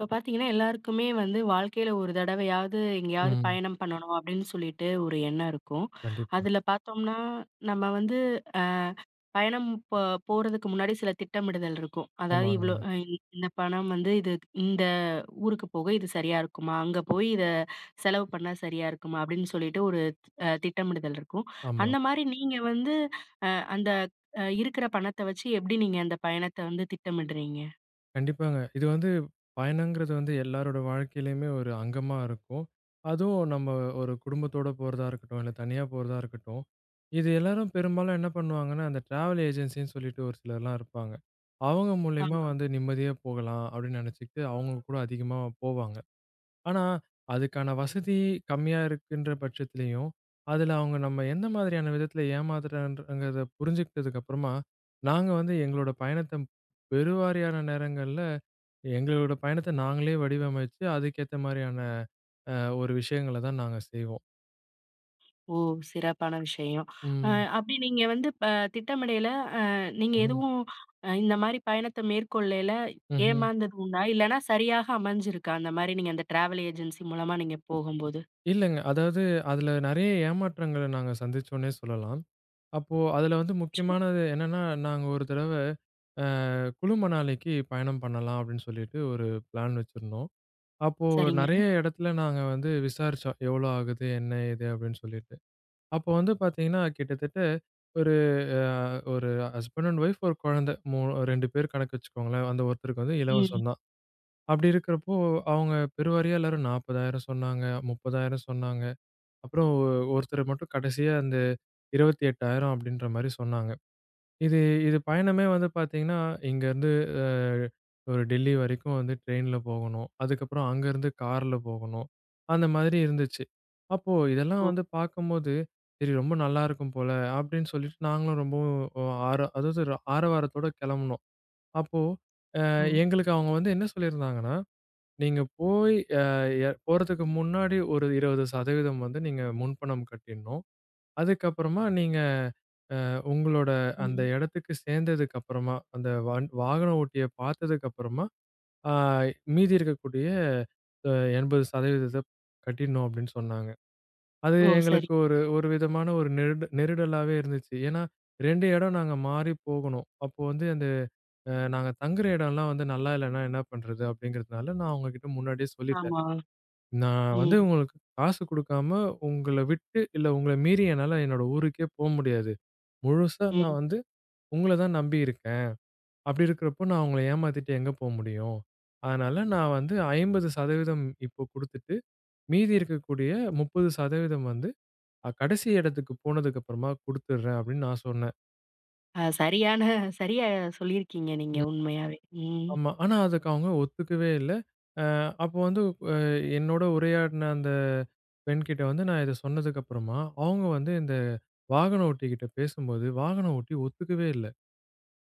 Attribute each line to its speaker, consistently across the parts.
Speaker 1: இப்போ பார்த்தீங்கன்னா, எல்லாருக்குமே வந்து வாழ்க்கையில ஒரு தடவையாவது எங்கேயாவது
Speaker 2: ம்.
Speaker 1: பயணம் பண்ணணும் அப்படின்னு சொல்லிட்டு ஒரு எண்ணம் இருக்கும்.
Speaker 2: கண்டிப்பா.
Speaker 1: அதில பார்த்தோம்னா, நம்ம வந்து பயணம் போ போறதுக்கு முன்னாடி சில திட்டமிடுதல் இருக்கும். அதாவது
Speaker 2: ஆமாங்க.
Speaker 1: இவ்வளோ இந்த பணம் வந்து இந்த ஊருக்கு போக இது சரியா இருக்குமா? அங்க போய் இத செலவு பண்ணா சரியா இருக்குமா? அப்படின்னு சொல்லிட்டு ஒரு திட்டமிடுதல் இருக்கும்.
Speaker 2: ஆமா.
Speaker 1: அந்த மாரி நீங்க வந்து அந்த இருக்கிற பணத்த வச்சு எப்படி நீங்க அந்த பயணத்த வந்து திட்டமிடுறீங்க?
Speaker 2: கண்டிப்பாங்க. இது வந்து பயணங்கிறது வந்து எல்லாரோட வாழ்க்கையிலயுமே ஒரு அங்கமா இருக்கும். அதுவும் நம்ம ஒரு குடும்பத்தோட போறதா இருக்கட்டும், இல்ல தனியா போறதா இருக்கட்டும். இது எல்லாரும் பெரும்பாலும் என்ன பண்ணுவாங்கன்னா, அந்த டிராவல் ஏஜென்சின்னு சொல்லிட்டு ஒரு சிலர்லாம் இருப்பாங்க. அவங்க மூலியமா
Speaker 1: ஆமா.
Speaker 2: வந்து நிம்மதியா போகலாம் அப்படின்னு நினைச்சுக்கிட்டு அவங்க கூட அதிகமா போவாங்க. ஆனா, அதுக்கான வசதி கம்மியா இருக்குன்ற பட்சத்திலயும், அதுல அவங்க நம்ம எந்த மாதிரியான விதத்துல ஏமாத்துறாங்கன்றத புரிஞ்சுக்கிட்டதுக்கு அப்புறமா, நாங்க வந்து எங்களோட பயணத்த பெருவாரியான நேரங்கள்ல எங்களோட பயணத்த நாங்களே வடிவமைச்சு, அதுக்கேத்த மாரியான அ ஒரு விஷயங்கள தான் நாங்க செய்வோம்.
Speaker 1: ஓ! சிறப்பான விஷயம். அ
Speaker 2: ம்.
Speaker 1: அப்படி நீங்க வந்து திட்டமிடையில அ நீங்க
Speaker 2: ம்ஹ்ம்.
Speaker 1: எதுவும் இந்த மாரி பயணத்த மேற்கொள்ளையில
Speaker 2: ம்ஹ்ம்.
Speaker 1: ஏமாந்தது உண்டா? இல்லன்னா சரியாக அமைஞ்சிருக்கா? அந்த மாரி நீங்க அந்த டிராவல் ஏஜென்சி மூலமா நீங்க போகும்போது?
Speaker 2: இல்லங்க. அதாவது அதுல நெறைய ஏமாற்றங்கள நாங்க சந்திச்சோன்னே சொல்லலாம். அப்போ அதுல வந்து
Speaker 1: அச்சோ!
Speaker 2: முக்கியமானது என்னன்னா, நாங்க ஒரு தடவ அ குளு மணாலிக்கு பயணம் பண்ணலாம் அப்படின்னு சொல்லிட்டு ஒரு பிளான் வச்சிருந்தோம். அப்போ
Speaker 1: சரிங்க.
Speaker 2: நெறைய இடத்துல நாங்க வந்து விசாரிச்சோம். எவ்வளோ ஆகுது? என்ன ஏது? அப்படின்னு சொல்லிட்டு. அப்போ வந்து பார்த்தீங்கன்னா, கிட்டத்தட்ட ஒரு அ ஒரு ஹஸ்பண்ட் அண்ட் ஒய்ஃப், ஒரு குழந்தை. 2 பேர் கணக்கு வச்சுக்கோங்களேன். அந்த ஒருத்தருக்கு வந்து
Speaker 1: ம்.
Speaker 2: இலவசம் தான். அப்படி இருக்கிறப்போ, அவங்க பெருவாரியா எல்லாரும் 40,000 சொன்னாங்க, 30,000 சொன்னாங்க. அப்புறம் ஒருத்தர் மட்டும் கடைசியா அந்த 28,000 அப்படின்ற மாரி சொன்னாங்க. இது இது பயணமே வந்து பார்த்தீங்கன்னா, இங்கேருந்து அ ஒரு டெல்லி வரைக்கும் வந்து ட்ரெயின்ல போகணும். அதுக்கப்புறம் அங்கேருந்து கார்ல போகணும். அந்த மாதிரி இருந்துச்சு. அப்போ இதெல்லாம்
Speaker 1: ஓ!
Speaker 2: வந்து பார்க்கும்போது, சரி ரொம்ப நல்லாயிருக்கும் போல அப்படின்னு சொல்லிட்டு நாங்களும் ரொம்பவும் ஒ ஆர அதாவது ஒரு ஆரவாரத்தோட கெளம்புனோம். அப்போ அ
Speaker 1: ஓ!
Speaker 2: எங்களுக்கு அவங்க வந்து என்ன சொல்லியிருந்தாங்கன்னா, "நீங்க போய் அ எ போறதுக்கு முன்னாடி ஒரு 20% வந்து நீங்க முன்பணம் கட்டிடணும். அதுக்கப்புறமா நீங்க" உங்களோட அந்த
Speaker 1: ம்.
Speaker 2: இடத்துக்கு சேர்ந்ததுக்கு அப்புறமா, அந்த வாகன ஓட்டிய பார்த்ததுக்கு அப்புறமா, ஆ மீதி இருக்கக்கூடிய அ 80% கட்டிடணும் அப்படின்னு சொன்னாங்க. அது
Speaker 1: ஓ!
Speaker 2: எங்களுக்கு
Speaker 1: சரிங்க.
Speaker 2: ஒரு ஒரு விதமான ஒரு நெருடலாவே இருந்துச்சு. ஏன்னா 2 இடம் நாங்க மாறி போகணும். அப்போ வந்து அந்த நாங்க தங்குற இடம்லாம் வந்து நல்லா இல்லன்னா என்ன பண்றது? அப்படிங்கிறதுனால நான் அவங்ககிட்ட முன்னாடியே சொல்லிட்டேன்.
Speaker 1: ஆமா.
Speaker 2: நான் வந்து
Speaker 1: ம்.
Speaker 2: உங்களுக்கு காசு குடுக்காம உங்கள விட்டு, இல்ல உங்கள மீறி என்னால என்னோட ஊருக்கே போ முடியாது. முழுசா நான்
Speaker 1: ம்.
Speaker 2: வந்து உங்கள தான் நம்பி இருக்கேன். அப்படி இருக்கிறப்போ நான் உங்கள ஏமாத்திட்டு எங்க போ முடியும்? அதனால நான் வந்து 50% இப்போ குடுத்துட்டு, மீதி இருக்கக்கூடிய 30% வந்து கடைசி இடத்துக்கு போனதுக்கு அப்புறமா குடுத்துடுறேன் அப்படின்னு நான் சொன்னேன்.
Speaker 1: அ சரியான சரியா சொல்லியிருக்கீங்க நீங்க
Speaker 2: ம்.
Speaker 1: உண்மையாவே. ம்.
Speaker 2: ஆமா. ஆனா அதுக்கு அவங்க ஒத்துக்கவே இல்ல. அ அப்போ வந்து அ என்னோட உரையாடின அந்த பெண்கிட்ட வந்து நான் இத சொன்னதுக்கு அப்புறமா, அவங்க வந்து இந்த வாகன ஓட்டிகிட்ட பேசும்போது, வாகன ஓட்டி ஒத்துக்கவே இல்ல.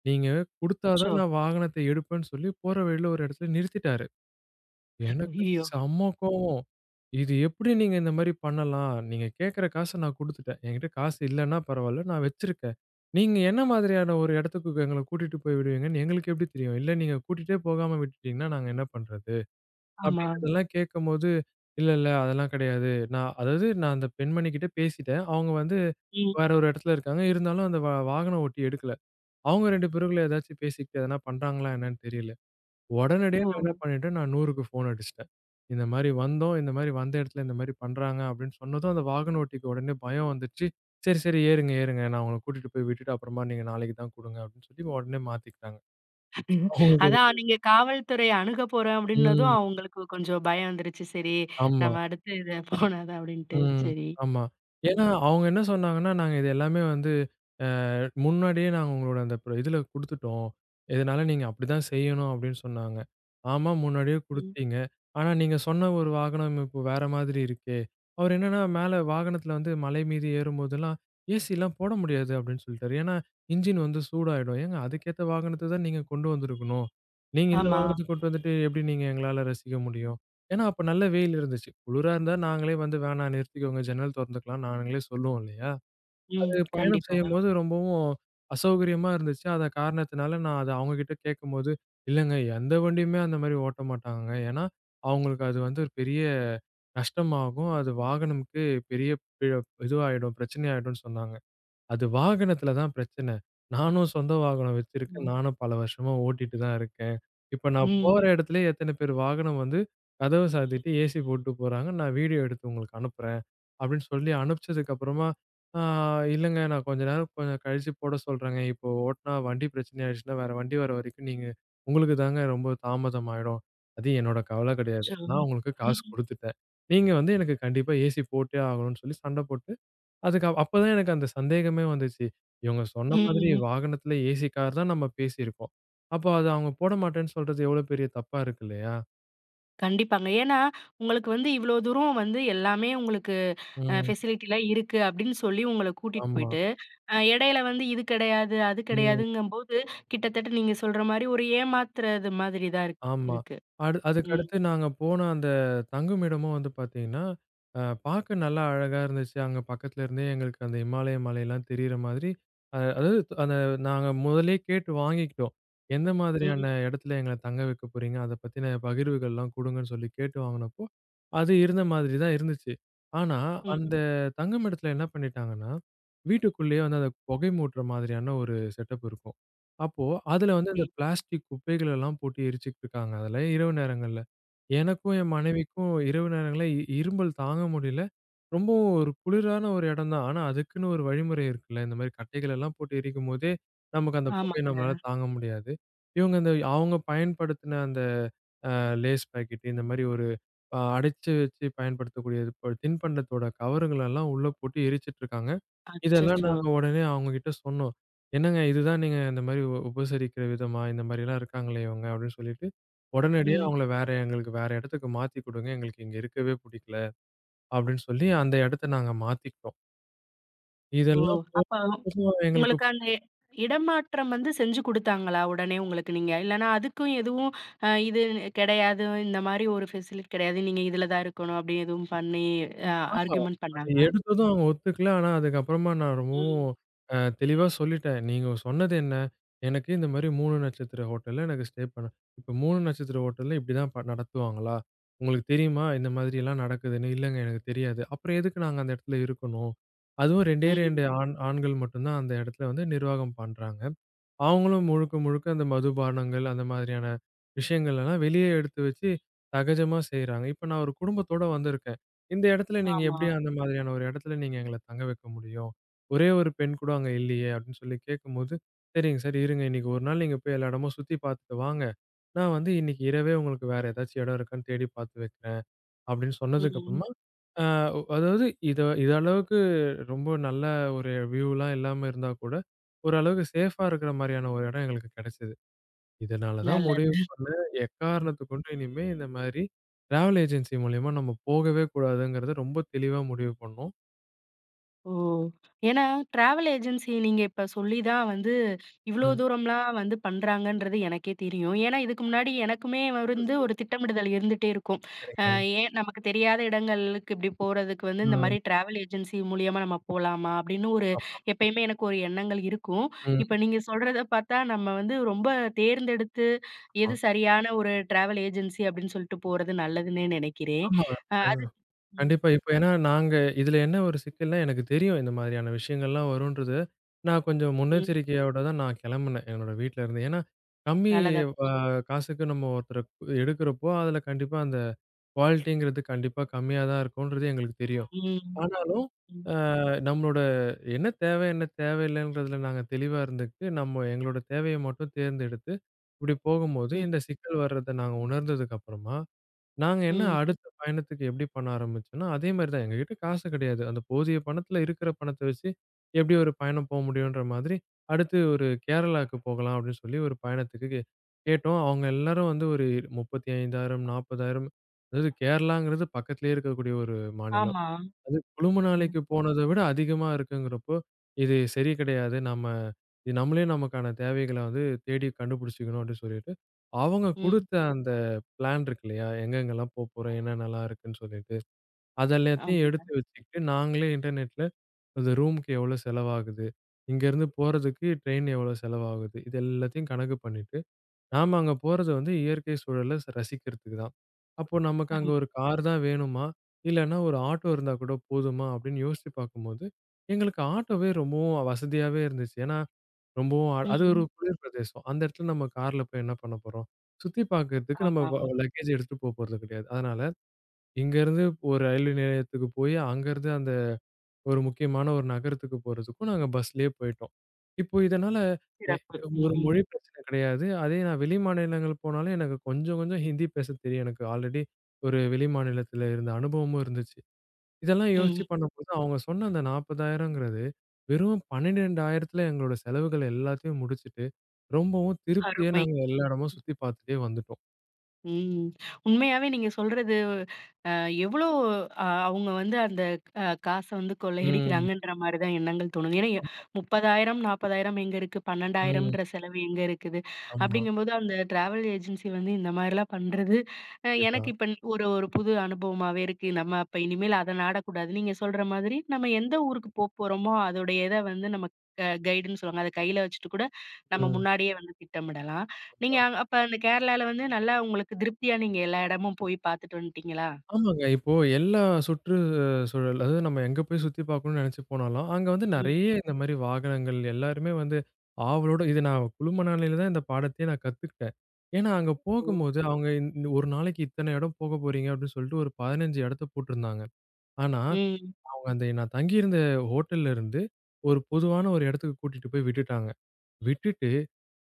Speaker 2: நீங்க குடுத்தா
Speaker 1: அச்சோ!
Speaker 2: தான் நான் வாகனத்த எடுப்பேன்னு சொல்லி போற வழியில ஒரு இடத்துல நிறுத்திட்டாரு. எனக்கு
Speaker 1: ஐயய்யோ!
Speaker 2: செம்ம
Speaker 1: ம்.
Speaker 2: கோவம். இது எப்படி நீங்க இந்த மாரி பண்ணலாம்? நீங்க கேட்கிற காச நான் குடுத்துட்டேன். என்கிட்ட காசு இல்லன்னா பரவால்ல, நான் வச்சிருக்கேன். நீங்க என்ன மாதிரியான ஒரு இடத்துக்கு எங்கள கூட்டிட்டு போய் விடுவீங்கன்னு எங்களுக்கு எப்படி தெரியும்? இல்ல நீங்க கூட்டிட்டே போகாம விட்டுட்டீங்கன்னா நாங்க என்ன பண்றது?
Speaker 1: ஆமா.
Speaker 2: அப்படிங்கிறதெல்லாம் கேட்கும்போது, இல்ல, இல்ல அதெல்லாம் கிடையாது. நான் அதாவது நான் அந்த பெண்மணி கிட்ட பேசிட்டேன். அவங்க வந்து
Speaker 1: ம்.
Speaker 2: வேற ஒரு இடத்துல இருக்காங்க. இருந்தாலும் அந்த வாகன ஓட்டி எடுக்கல. அவங்க 2 பேருக்குள்ள ஏதாச்சும் பேசிக்கிட்டு எதனா பண்றாங்களா என்னன்னு தெரியல. உடனடியா
Speaker 1: ஓ!
Speaker 2: நான் என்ன பண்ணிட்டேன், நான் 100க்கு ஃபோன் அடிச்சுட்டேன். இந்த மாரி வந்தோம். இந்த மாரி வந்த இடத்துல இந்த மாரி பண்றாங்க அப்படின்னு சொன்னதும், அந்த வாகன ஓட்டிக்கு உடனே பயம் வந்துடுச்சு. சரி, சரி ஏறுங்க, ஏறுங்க. நான் உங்கள கூட்டிட்டு போய் விட்டுட்டு அப்புறமா நீங்க நாளைக்கு தான் குடுங்க அப்படின்னு சொல்லி உடனே மாத்திக்கிட்டாங்க. அவங்களுக்கு
Speaker 1: அதான்
Speaker 2: ஒரு
Speaker 1: நீங்க காவல்துறை அணுக போறேன் அப்படின்னதும்
Speaker 2: ம்.
Speaker 1: அவங்களுக்கு கொஞ்சம் பயம் வந்துருச்சு. சரி,
Speaker 2: ஆமா.
Speaker 1: நம்ம அடுத்து இத போனாதான் அப்படின்ட்டு.
Speaker 2: ம்.
Speaker 1: சரி.
Speaker 2: ஆமா. ஏன்னா,
Speaker 1: ம்.
Speaker 2: அவங்க என்ன சொன்னாங்கன்னா, "நாங்க இது எல்லாமே வந்து அ முன்னாடியே நாங்க உங்களோட அந்த இதுல குடுத்துட்டோம். இதனால நீங்க அப்படிதான் செய்யணும்." அப்படின்னு சொன்னாங்க. ஆமா, முன்னாடியே
Speaker 1: ம்.
Speaker 2: குடுத்தீங்க. ஆனா நீங்க சொன்ன ஒரு வாகனம் இப்போ வேற மாதிரி இருக்கே. அவர் என்னன்னா, மேல வாகனத்துல வந்து மலை மீது ஏறும்போதெல்லாம், "ஏசிலாம் போட முடியாது." அப்படின்னு சொல்லிட்டாரு. ஏன்னா, இன்ஜின் வந்து சூடாயிடும். ஏங்க அதுக்கேத்த வாகனத்த தான் நீங்க கொண்டு வந்திருக்கணும். நீங்க இந்த
Speaker 1: ஆமா.
Speaker 2: வாகனத்த கொண்டு வந்துட்டு எப்படி நீங்க எங்களால ரசிக்க முடியும்? ஏன்னா, அப்ப நல்ல வெயில் இருந்துச்சு. குளிரா இருந்தா நாங்களே வந்து வேணாம் நிறுத்திக்கோங்க, ஜன்னல் தொறந்துக்கலாம் நாங்களே சொல்லுவோம் இல்லையா?
Speaker 1: ம்.
Speaker 2: அது பயணம்
Speaker 1: கண்டிப்பா.
Speaker 2: செய்யும்போது ரொம்பவும் அசௌகரியமா இருந்துச்சு. அத காரணத்தினால நான் அத அவங்ககிட்ட கேட்கும்போது, "இல்லங்க எந்த வண்டியுமே அந்த மாரி ஓட்ட மாட்டாங்கங்க. ஏன்னா, அவங்களுக்கு அது வந்து ஒரு பெரிய நஷ்டமாகும். அது வாகனம்க்கு பெரிய பி இதுவாயிடும், பிரச்சனையாயிடும்னு சொன்னாங்க." அது வாகனத்துல தான் பிரச்சனை. நானும் சொந்த வாகனம் வச்சிருக்கேன்.
Speaker 1: ம்.
Speaker 2: நானும் பல வருஷமா ஓட்டிட்டு தான் இருக்கேன். இப்ப நான் போற
Speaker 1: ம்.
Speaker 2: இடத்துலயே எத்தன பேர் வாகனம் வந்து கதவ சாத்திட்டு ஏசி போட்டு போறாங்க. நான் வீடியோ எடுத்து உங்களுக்கு அனுப்புறேன். அப்படின்னு சொல்லி அனுப்பிச்சதுக்கு அப்புறமா, ஆ இல்லங்க நான் கொஞ்ச நேரம் கொஞ்சம் கழிச்சு போட சொல்றேங்க. இப்போ ஓட்டுனா வண்டி பிரச்சனை ஆயிடுச்சுன்னா வேற வண்டி வர வரைக்கும் நீங்க உங்களுக்கு தாங்க ரொம்ப தாமதம் ஆயிடும். அது என்னோட கவல கிடையாது.
Speaker 1: சோ
Speaker 2: நான் உங்களுக்கு காசு குடுத்துட்டேன். நீங்க வந்து எனக்கு கண்டிப்பா ஏசி போட்டே ஆகணும்னு சொல்லி சண்டை போட்டு அப்பதான் எனக்கு அந்த சந்தேகமே வந்துச்சு. இவங்க சொன்ன மாதிரி
Speaker 1: ம்.
Speaker 2: வாகனத்துல ஏசி கார் தான் நம்ம பேசியிருக்கோம். அப்போ அது அவங்க போட மாட்டேன்னு சொல்றது எவ்வளவு பெரிய தப்பா இருக்கு இல்லையா?
Speaker 1: கண்டிப்பாங்க. ஏன்னா, உங்களுக்கு வந்து இவ்ளோ தூரம் வந்து எல்லாமே உங்களுக்கு
Speaker 2: ம்.
Speaker 1: ஃபெசிலிட்டிலாம் இருக்கு அப்படின்னு சொல்லி உங்கள கூட்டிட்டு
Speaker 2: ஆமா.
Speaker 1: போயிட்டு, இடையில வந்து இது கிடையாது, அது
Speaker 2: ம்.
Speaker 1: கிடையாதுங்கும்போது, கிட்டத்தட்ட நீங்க சொல்ற மாரி ஒரு ஏமாத்துறது மாதிரி தான்
Speaker 2: ஆமா.
Speaker 1: இருக்கு.
Speaker 2: அதுக்கு
Speaker 1: ம்.
Speaker 2: அடுத்து நாங்க போன அந்த தங்குமிடமும் வந்து பார்த்தீங்கன்னா, பார்க்க நல்லா அழகா இருந்துச்சு. அங்க பக்கத்துல இருந்தே எங்களுக்கு அந்த இமாலய மலைலாம் தெரியிற மாதிரி, அதாவது அந்த நாங்க முதல்லயே கேட்டு வாங்கிக்கிட்டோம். எந்த
Speaker 1: ம்.
Speaker 2: மாதிரியான இடத்துல எங்கள தங்க வைக்க போறீங்க? அத பத்தின பகிர்வுகள்லாம் குடுங்கன்னு சொல்லி கேட்டு வாங்குனப்போ, அது இருந்த மாதிரி தான் இருந்துச்சு. ஆனா, அந்த
Speaker 1: ம்.
Speaker 2: தங்குமிடத்துல என்ன பண்ணிட்டாங்கன்னா, வீட்டுக்குள்ளேயே வந்து அத புகை மூட்டுற மாதிரியான ஒரு செட்டப் இருக்கும். அப்போ அதுல வந்து
Speaker 1: சரி.
Speaker 2: அந்த பிளாஸ்டிக் குப்பைகள் எல்லாம் போட்டு எரிச்சுட்டு இருக்காங்க அதுல இரவு நேரங்கள்ல. எனக்கும் என் மனைவிக்கும் இரவு நேரங்கள்ல இரும்பல் தாங்க முடியல. ரொம்பவும் ஒரு குளிரான ஒரு இடம் தான். ஆனா அதுக்குன்னு ஒரு வழிமுறை இருக்குல்ல. இந்த மாரி கட்டைகள் எல்லாம் போட்டு எரிக்கும்போதே, நமக்கு அந்த புகைய
Speaker 1: ஆமாங்க.
Speaker 2: நம்மளால தாங்க முடியாது. இவங்க அந்த அவங்க பயன்படுத்தின அந்த லேஸ் பாக்கெட்டு இந்த மாரி ஒரு அடைச்சு வச்சு பயன்படுத்தக்கூடியது தின்பண்டத்தோட கவருங்களெல்லாம் உள்ள போட்டு எரிச்சுட்டுருக்காங்க. இதெல்லாம்
Speaker 1: அச்சச்சோ!
Speaker 2: நாங்க உடனே அவங்ககிட்ட சொன்னோம். "என்னங்க இதுதான் நீங்க இந்த மாரி உபசரிக்கிற விதமா? இந்த மாரிலாம் இருக்காங்களே இவங்க" அப்படின்னு சொல்லிட்டு, உடனடியா
Speaker 1: ம்.
Speaker 2: அவங்கள வேற எங்களுக்கு வேற இடத்துக்கு மாத்தி குடுங்க. எங்களுக்கு இங்க இருக்கவே புடிக்கல அப்படின்னு சொல்லி அந்த இடத்த நாங்க மாத்திக்கிட்டோம்.
Speaker 1: ஓ!
Speaker 2: இதெல்லாம் போ-
Speaker 1: அப்ப
Speaker 2: எங்களுக்கு
Speaker 1: உங்களுக்கு அந்த இடமாற்றம் வந்து செஞ்சு குடுத்தாங்களா? உடனே உங்களுக்கு நீங்க இல்லன்னா அதுக்கும் எதுவும் இது கிடையாது. இந்த மாரி ஒரு ஃபெசிலிட்டி கிடையாது. நீங்க இதுல தான் இருக்கணும் அப்படி எதுவும் பண்ணி அ
Speaker 2: ஆமா.
Speaker 1: ஆர்கியுமென்ட்
Speaker 2: அது
Speaker 1: பண்ணாங்களா?
Speaker 2: எடுத்ததும் அவங்க ஒத்துக்கல. ஆனா, அதுக்கப்புறமா நான்
Speaker 1: ம்.
Speaker 2: ரொம்பவும் தெளிவா சொல்லிட்டேன். நீங்க சொன்னது என்ன? எனக்கு இந்த மாரி 3 நட்சத்திர ஹோட்டல்ல எனக்கு ஸ்டே பண்ண இப்ப 3 நட்சத்திர ஹோட்டல்ல இப்படிதான் நடத்துவாங்களா? உங்களுக்கு தெரியுமா? இந்த மாதிரியெல்லாம் நடக்குதுன்னு. இல்லங்க எனக்கு தெரியாது. அப்புறம் எதுக்கு நாங்க அந்த இடத்துல இருக்கணும்? அதுவும் 2
Speaker 1: ம்.
Speaker 2: ஆண்கள் மட்டும் தான் அந்த இடத்துல வந்து நிர்வாகம் பண்றாங்க. அவங்களும் முழுக்க முழுக்க அந்த மதுபானங்கள், அந்த மாதிரியான விஷயங்கள் எல்லாம் வெளியே எடுத்து வச்சு சகஜமா செய்றாங்க. இப்ப நான் ஒரு குடும்பத்தோட வந்திருக்கேன். இந்த இடத்துல நீங்க
Speaker 1: ஆமா.
Speaker 2: எப்படி அந்த மாதிரியான ஒரு இடத்துல நீங்க எங்கள தங்க வைக்க முடியும்? ஒரே ஒரு பெண் கூட அங்க இல்லையே! அப்படின்னு சொல்லி கேட்கும்போது, "சரிங்க சார், இருங்க. இன்னைக்கு ஒரு நாள் நீங்க போய் எல்லா இடமும் சுத்தி பார்த்துட்டு வாங்க. நான் வந்து இன்னைக்கு இரவே உங்களுக்கு வேற ஏதாச்சும் இடம் இருக்கான்னு தேடி பார்த்து வைக்கிறேன்." அப்படின்னு சொன்னதுக்கு
Speaker 1: ம்.
Speaker 2: அப்புறமா, அ அதாவது இது அளவுக்கு ரொம்ப நல்ல ஒரு வியூலாம் இல்லாம இருந்தா கூட, ஓரளவுக்கு சேஃபா இருக்கிற மாரியான ஒரு இடம் எங்களுக்கு கிடைச்சது. இதனால தான் முடிவு
Speaker 1: நல்லது.
Speaker 2: பண்ணேன், எக்காரணத்துக் கொண்டும் இனிமே இந்த மாரி டிராவல் ஏஜென்சி மூலியமா நம்ம போகவே கூடாதுங்கிறத ரொம்ப தெளிவா முடிவு பண்ணோம்.
Speaker 1: ஓ! ஏன்னா, டிராவல் ஏஜென்சி நீங்க இப்ப சொல்லி தான் வந்து, இவ்ளோ
Speaker 2: ம்.
Speaker 1: தூரம்லாம் வந்து பண்றாங்கன்றது எனக்கே தெரியும். ஏன்னா, இதுக்கு முன்னாடி எனக்குமே
Speaker 2: ம்.
Speaker 1: வந்து
Speaker 2: ம்.
Speaker 1: ஒரு திட்டமிடுதல் இருந்துட்டே இருக்கும். அ
Speaker 2: சரிங்க.
Speaker 1: ஏன் நமக்கு தெரியாத இடங்களுக்கு இப்டி போறதுக்கு வந்து இந்த
Speaker 2: ம்.
Speaker 1: மாரி டிராவல் ஏஜென்சி மூலியமா நம்ம போலாமா? அப்டின்னு ஒரு
Speaker 2: ஆமா.
Speaker 1: எப்பயுமே எனக்கு ஒரு எண்ணங்கள் இருக்கும்.
Speaker 2: ம்.
Speaker 1: இப்ப நீங்க சொல்றத பார்த்தா, நம்ம வந்து ரொம்ப தேர்ந்தெடுத்து,
Speaker 2: ஆமா.
Speaker 1: எது சரியான ஒரு டிராவல் ஏஜென்சி அப்டின்னு சொல்லிட்டு போறது நல்லதுன்னே நெனைக்கிறேன்.
Speaker 2: ஆமா. அ.
Speaker 1: அது ம்,
Speaker 2: கண்டிப்பா. இப்ப ஏன்னா நாங்க இதுல என்ன ஒரு சிக்கல்னா, எனக்கு தெரியும் இந்த மாதிரியான விஷயங்கள்லாம் வரும்ன்றது. நான் கொஞ்சம்
Speaker 1: ம்.
Speaker 2: முன்னெச்சரிக்கையோட தான் நான் கிளம்புனேன், என்னோட வீட்ல இருந்து. ஏன்னா, கம்மி
Speaker 1: நல்லதா
Speaker 2: அ காசுக்கு நம்ம ஒருத்தர எடுக்கிறப்போ, அதுல கண்டிப்பா அந்த குவாலிட்டிங்கிறது கண்டிப்பா கம்மியா தான் இருக்கும்ன்றது எங்களுக்கு தெரியும்.
Speaker 1: ம்.
Speaker 2: ஆனாலும்,
Speaker 1: ம்.
Speaker 2: அ நம்மளோட என்ன தேவை, என்ன தேவையில்லன்றதுல நாங்க தெளிவா இருந்துக்கிட்டு, நம்ம எங்களோட தேவைய மட்டும் தேர்ந்தெடுத்து, இப்படி போகும்போது
Speaker 1: ம்,
Speaker 2: இந்த சிக்கல் வர்றத நாங்க உணர்ந்ததுக்கு அப்புறமா, நாங்க என்ன
Speaker 1: ம்.
Speaker 2: அடுத்த பயணத்துக்கு எப்படி பண்ண ஆரம்பிச்சோம்னா, அதே மாரி தான். எங்ககிட்ட காசு கிடையாது. அந்த போதிய பணத்துல இருக்கிற பணத்த வச்சு எப்படி ஒரு பயணம் போ முடியுன்ற மாதிரி, அடுத்து ஒரு கேரளாக்கு போகலாம் அப்படின்னு சொல்லி ஒரு பயணத்துக்கு கேட்டோம். அவங்க எல்லாரும் வந்து ஒரு 35,000, 40,000 அதாவது கேரளாங்கிறது பக்கத்திலேயே இருக்கக்கூடிய ஒரு மாநிலம்.
Speaker 1: ஆமா.
Speaker 2: அது குழும
Speaker 1: ம்,
Speaker 2: நாளைக்கு போனத விட அதிகமா இருக்குங்கிறப்போ, இது சரி கிடையாது. நம்ம இது நம்மளே நமக்கான தேவைகள வந்து தேடி கண்டுபிடிச்சுக்கணும் அப்படின்னு சொல்லிட்டு, அவங்க
Speaker 1: ம்.
Speaker 2: குடுத்த அந்த பிளான் இருக்கு இல்லையா? எங்கெங்கெல்லாம் போப்போறோம், என்னென்னலாம் இருக்குன்னு சொல்லிட்டு, அது எல்லாத்தையும்
Speaker 1: ஆமாங்க.
Speaker 2: எடுத்து வச்சுக்கிட்டு, நாங்களே இன்டர்நெட்ல அந்த ரூமுக்கு எவ்வளோ செலவாகுது, இங்கேருந்து போறதுக்கு ட்ரெயின் எவ்வளோ செலவாகுது, இது எல்லாத்தையும் கணக்கு பண்ணிட்டு நாம அங்க போறது வந்து இயற்கை சூழல ரசிக்கிறதுக்கு தான். அப்போ நமக்கு
Speaker 1: ஆமா.
Speaker 2: அங்க ஒரு கார் தான் வேணுமா? இல்லன்னா ஒரு ஆட்டோ இருந்தா கூட போதுமா? அப்படின்னு யோசிச்சு பார்க்கும்போது, எங்களுக்கு ஆட்டோவே ரொம்பவும் வசதியாவே இருந்துச்சு. ஏன்னா, ரொம்பவும் அது ஒரு
Speaker 1: ம்.
Speaker 2: குளிர் பிரதேசம். அந்த இடத்துல நம்ம கார்ல போய் என்ன பண்ண போறோம்? சுத்தி பார்க்கறதுக்கு நம்ம
Speaker 1: ஆமாமா.
Speaker 2: லக்கேஜ் எடுத்துட்டு போறது கிடையாது. அதனால, இங்கருந்து ஒரு ரயில்வே நிலையத்துக்கு போய், அங்கருந்து அந்த ஒரு முக்கியமான ஒரு நகரத்துக்கு போறதுக்கும் நாங்க பஸ்லயே போயிட்டோம். இப்போ இதனால எ
Speaker 1: சிறப்பு.
Speaker 2: ஒரு
Speaker 1: ம்,
Speaker 2: மொழி பிரச்சனை கிடையாது. அதே நான் வெளி மாநிலங்கள் போனாலும் எனக்கு கொஞ்சம் கொஞ்சம் ஹிந்தி பேசத் தெரியும். எனக்கு ஆல்ரெடி ஒரு வெளி மாநிலத்தில இருந்த அனுபவமும் இருந்துச்சு. இதெல்லாம் யோசிச்சு
Speaker 1: ம்.
Speaker 2: பண்ணும்போது அவங்க சொன்ன அந்த 40,000ங்கிறது வெறும் 12,000த்துல எங்களோட செலவுகள் எல்லாத்தையும் முடிச்சுட்டு, ரொம்பவும் திருப்தியா
Speaker 1: அருமை.
Speaker 2: நாங்க எல்லா இடமும் சுத்தி பார்த்துட்டே வந்துட்டோம்.
Speaker 1: ம். உண்மையாவே நீங்க சொல்றது அ எவ்ளோ அவங்க வந்து அந்த காச வந்து
Speaker 2: ம்.
Speaker 1: கொள்ளையடிக்கிறாங்கன்ற மாரி தான் எண்ணங்கள் தோணுது. ஏன்னா,
Speaker 2: ஆமா.
Speaker 1: 30,000 40,000 எங்க இருக்கு?
Speaker 2: ம்.
Speaker 1: 12,000ன்ற செலவு எங்க இருக்குது?
Speaker 2: ஆமா.
Speaker 1: அப்படிங்கும்போது அந்த டிராவல் ஏஜென்சி வந்து இந்த மாரிலாம் பண்றது,
Speaker 2: கண்டிப்பா.
Speaker 1: எனக்கு இப்ப ஒரு ஒரு புது அனுபவமாவே இருக்கு. நம்ம அப்ப இனிமேல் அத நாடக்கூடாது. நீங்க சொல்ற மாதிரி நம்ம எந்த ஊருக்கு போப்போறோமோ, அதோடைய இத வந்து நம்ம க கைடுன்னு சொல்லுவாங்க. அத கையில வச்சுட்டு கூட நம்ம
Speaker 2: ம்.
Speaker 1: முன்னாடியே வந்து திட்டமிடலாம். நீங்க அப்ப அந்த கேரளால வந்து நல்லா உங்களுக்கு திருப்தியா நீங்க எல்லா இடமும் போய் பார்த்துட்டு வந்துட்டீங்களா?
Speaker 2: ஆமாங்க. இப்போ எல்லா சுற்று சூழல் அதாவது நம்ம எங்க போய் சுத்தி பார்க்கணும்னு நெனச்சு போனாலும், அங்க வந்து
Speaker 1: ம்.
Speaker 2: நெறைய இந்த மாரி வாகனங்கள் எல்லாருமே வந்து ஆவலோட இது நான் குழுமனாலையில தான் இந்த பாடத்தையே நான் கத்துக்கிட்டேன். ஏன்னா அங்க
Speaker 1: ஓ!
Speaker 2: போகும்போது அவங்க ஒரு நாளைக்கு இத்தன இடம் போக போறீங்க அப்படின்னு சொல்லிட்டு ஒரு 15 இடத்த போட்டிருந்தாங்க. ஆனா,
Speaker 1: ம்.
Speaker 2: அவங்க அந்த நான் தங்கியிருந்த ஹோட்டல்ல இருந்து ஒரு பொதுவான ஒரு இடத்துக்கு கூட்டிட்டு போய் விட்டுட்டாங்க. விட்டுட்டு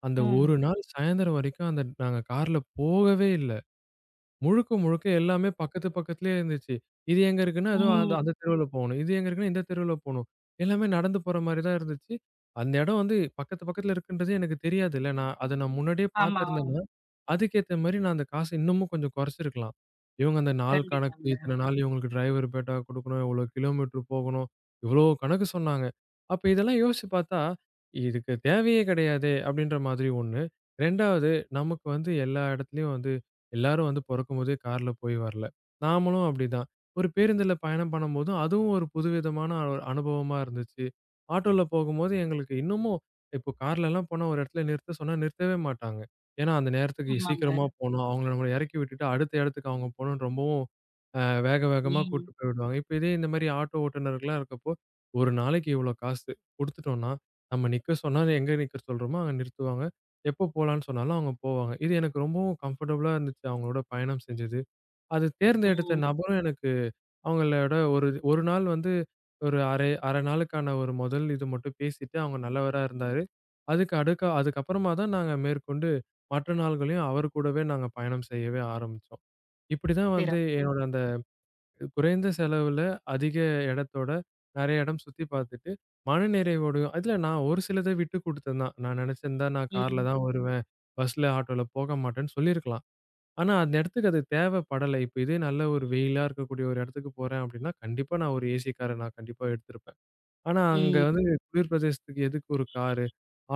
Speaker 2: அந்த
Speaker 1: ம்.
Speaker 2: ஒரு நாள் சாயந்தரம் வரைக்கும் அந்த நாங்க கார்ல போகவே இல்ல. முழுக்க, முழுக்க எல்லாமே பக்கத்து பக்கத்துலயே இருந்துச்சு. இது எங்க இருக்குன்னா, ஏதோ அந்த
Speaker 1: ம்.
Speaker 2: அந்த தெருவுல போணும். இது எங்க இருக்குன்னா, இந்த தெருவுல போணும். எல்லாமே நடந்து போற மாரி தான் இருந்துச்சு. அந்த இடம் வந்து பக்கத்து பக்கத்துல இருக்குன்றது எனக்கு தெரியாதுல்ல. நான் அத நான் முன்னாடியே
Speaker 1: ஆமா.
Speaker 2: பார்த்திருந்தேன்னா, அதுக்கேத்த மாரி நான் அந்த காசு இன்னமும் கொஞ்சம் குறைச்சிருக்கலாம். இவங்க அந்த நாள் கணக்கு,
Speaker 1: கண்டிப்பாங்க.
Speaker 2: இத்தன நாள் இவங்களுக்கு டிரைவர் பேட்டா குடுக்கணும், இவ்வளோ கிலோமீட்டர் போகணும், இவ்வளோ கணக்கு சொன்னாங்க. அப்ப இதெல்லாம் யோசிச்சு பார்த்தா, இதுக்கு தேவையே கிடையாதே! அப்படின்ற மாதிரி ஒண்ணு. 2வது நமக்கு வந்து எல்லா இடத்துலயும் வந்து எல்லாரும் வந்து பொறக்கும்போதே கார்ல போய் வரல. நாமளும் அப்படிதான். ஒரு பேருந்துல பயணம் பண்ணும்போதும், அதுவும் ஒரு புதுவிதமான ஒரு அனுபவமா இருந்துச்சு. ஆட்டோல போகும்போது எங்களுக்கு இன்னமும் இப்போ கார்லலாம் போனா ஒரு இடத்துல நிறுத்த சொன்னா நிறுத்தவே மாட்டாங்க. ஏன்னா அந்த நேரத்துக்கு
Speaker 1: ஆமாங்க.
Speaker 2: சீக்கிரமா போணும். அவங்கள நம்ம இறக்கி விட்டுட்டு அடுத்த இடத்துக்கு அவங்க போணும்னு ரொம்பவும் அ வேக வேகமா
Speaker 1: ம்.
Speaker 2: கூட்டு போய் விடுவாங்க. இப்ப இதே இந்த மாரி ஆட்டோ ஓட்டுநர்கள்லாம் இருக்கப்போ, ஒரு நாளைக்கு இவ்வளோ காசு குடுத்துட்டோம்னா, நம்ம நிக்க சொன்னா எங்க நிக்க சொல்றோமோ அங்க நிறுத்துவாங்க. எப்போ போலான்னு சொன்னாலும் அவங்க போவாங்க. இது எனக்கு ரொம்பவும் கம்ஃபர்டபுளா இருந்துச்சு அவங்களோட பயணம் செஞ்சது. அது தேர்ந்தெடுத்த
Speaker 1: ம்.
Speaker 2: நபரும் எனக்கு அவங்களோட ஒரு ஒரு நாள் வந்து ஒரு அரை 1/2 நாளுக்கான ஒரு முதல் இது மட்டும் பேசிட்டு அவங்க நல்லவரா இருந்தாரு. அதுக்கு அடுக்க அதுக்கப்புறமா தான் நாங்க மேற்கொண்டு மற்ற நாள்களையும் அவர் கூடவே நாங்க பயணம் செய்யவே ஆரம்பிச்சோம். இப்படிதான் வந்து
Speaker 1: சிறப்பு.
Speaker 2: என்னோட அந்த குறைந்த செலவுல அதிக இடத்தோட நெறைய இடம் சுத்தி பார்த்துட்டு, மனநிறைவோடையும் அதுல நான் ஒரு சிலத விட்டு குடுத்தேன் தான். நான் நெனச்சிருந்தா நான் கார்ல
Speaker 1: ம்.
Speaker 2: தான் வருவேன். பஸ்ல, ஆட்டோல போக மாட்டேன்னு சொல்லியிருக்கலாம். ஆனா அந்த இடத்துக்கு அது தேவைப்படல. இப்ப இதே நல்ல ஒரு வெயிலா இருக்கக்கூடிய ஒரு இடத்துக்கு போறேன் அப்டின்னா, கண்டிப்பா நான் ஒரு ஏசி கார நான் கண்டிப்பா எடுத்திருப்பேன். ஆனா அங்க
Speaker 1: ம்.
Speaker 2: வந்து குளிர் பிரதேசத்துக்கு எதுக்கு ஒரு காரு?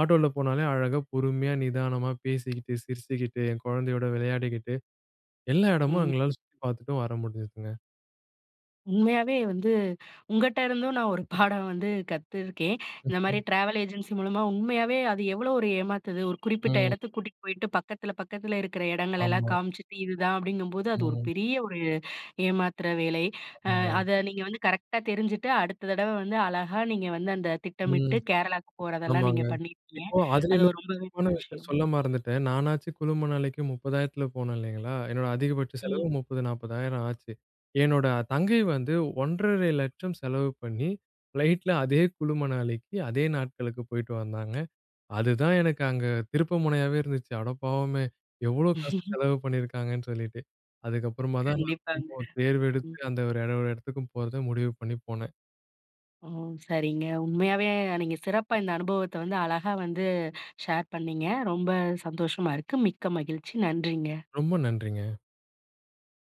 Speaker 2: ஆட்டோல போனாலே அழகா பொறுமையா, நிதானமா பேசிக்கிட்டு, சிரிச்சுக்கிட்டு, என் குழந்தையோட விளையாடிக்கிட்டு, எல்லா இடமும்
Speaker 1: ம்.
Speaker 2: எங்களால சுத்தி பார்த்துட்டும் வர முடிஞ்சுதுங்க.
Speaker 1: உண்மையாவே வந்து உங்கட்ட இருந்தும் நான் ஒரு பாடம் வந்து கத்துருக்கேன். இந்த மாரி
Speaker 2: ம்ஹ்ம்.
Speaker 1: டிராவல் ஏஜென்சி மூலமா உண்மையாவே அது எவ்வளோ ஒரு ஏமாத்துது. ஒரு குறிப்பிட்ட
Speaker 2: ம்.
Speaker 1: இடத்துக்கு கூட்டிட்டு போயிட்டு பக்கத்துல, பக்கத்துல இருக்கிற இடங்களெல்லாம்
Speaker 2: ஆமா.
Speaker 1: காமிச்சுட்டு இதுதான் அப்படிங்கும்போது அது ஒரு
Speaker 2: ம்.
Speaker 1: பெரிய ஒரு ஏமாத்துற வேலை.
Speaker 2: ஆமாங்க.
Speaker 1: அத நீங்க வந்து கரெக்ட்டா தெரிஞ்சுட்டு, அடுத்த தடவ வந்து அழகா நீங்க வந்து அந்த
Speaker 2: ம்.
Speaker 1: திட்டமிட்டு கேரளாக்கு போறதெல்லாம் நீங்க
Speaker 2: ஆமாங்க.
Speaker 1: பண்ணியிருக்கீங்க.
Speaker 2: இப்போ அதுல
Speaker 1: அது ஒரு
Speaker 2: இன்னொரு
Speaker 1: ரொம்பவே
Speaker 2: முக்கியமான
Speaker 1: நல்ல
Speaker 2: விஷயம்
Speaker 1: விஷயம்.
Speaker 2: சொல்ல மறந்துட்டேன். நானாச்சு குழும நாளைக்கு 30,000ல போனேன் இல்லைங்களா? என்னோட அதிகபட்ச செலவு
Speaker 1: ம்.
Speaker 2: 30,000, 40,000 ஆச்சு. என்னோட தங்கை வந்து 1,50,000 செலவு பண்ணி, ஃப்ளைட்ல அதே குழும நாளைக்கு, அதே நாட்களுக்கு போயிட்டு வந்தாங்க. அதுதான் எனக்கு அங்க திருப்பு முனையாவே இருந்துச்சு. அட பாவமே! எவ்ளோ காசு செலவு பண்ணியிருக்காங்கன்னு சொல்லிட்டு. அதுக்கப்புறமா தான் நான்
Speaker 1: கண்டிப்பாங்க.
Speaker 2: திரும்பவும்
Speaker 1: ம்.
Speaker 2: தேர்வெடுத்து அந்த ஒரு இடத்துக்கும் போறத முடிவு பண்ணி போனேன்.
Speaker 1: ஓ! சரிங்க. உண்மையாவே நீங்க சிறப்பா இந்த அனுபவத்த வந்து அழகா வந்து ஷேர் பண்ணீங்க. ரொம்ப சந்தோஷமா இருக்கு. மிக்க மகிழ்ச்சி. நன்றிங்க.
Speaker 2: ரொம்ப நன்றிங்க.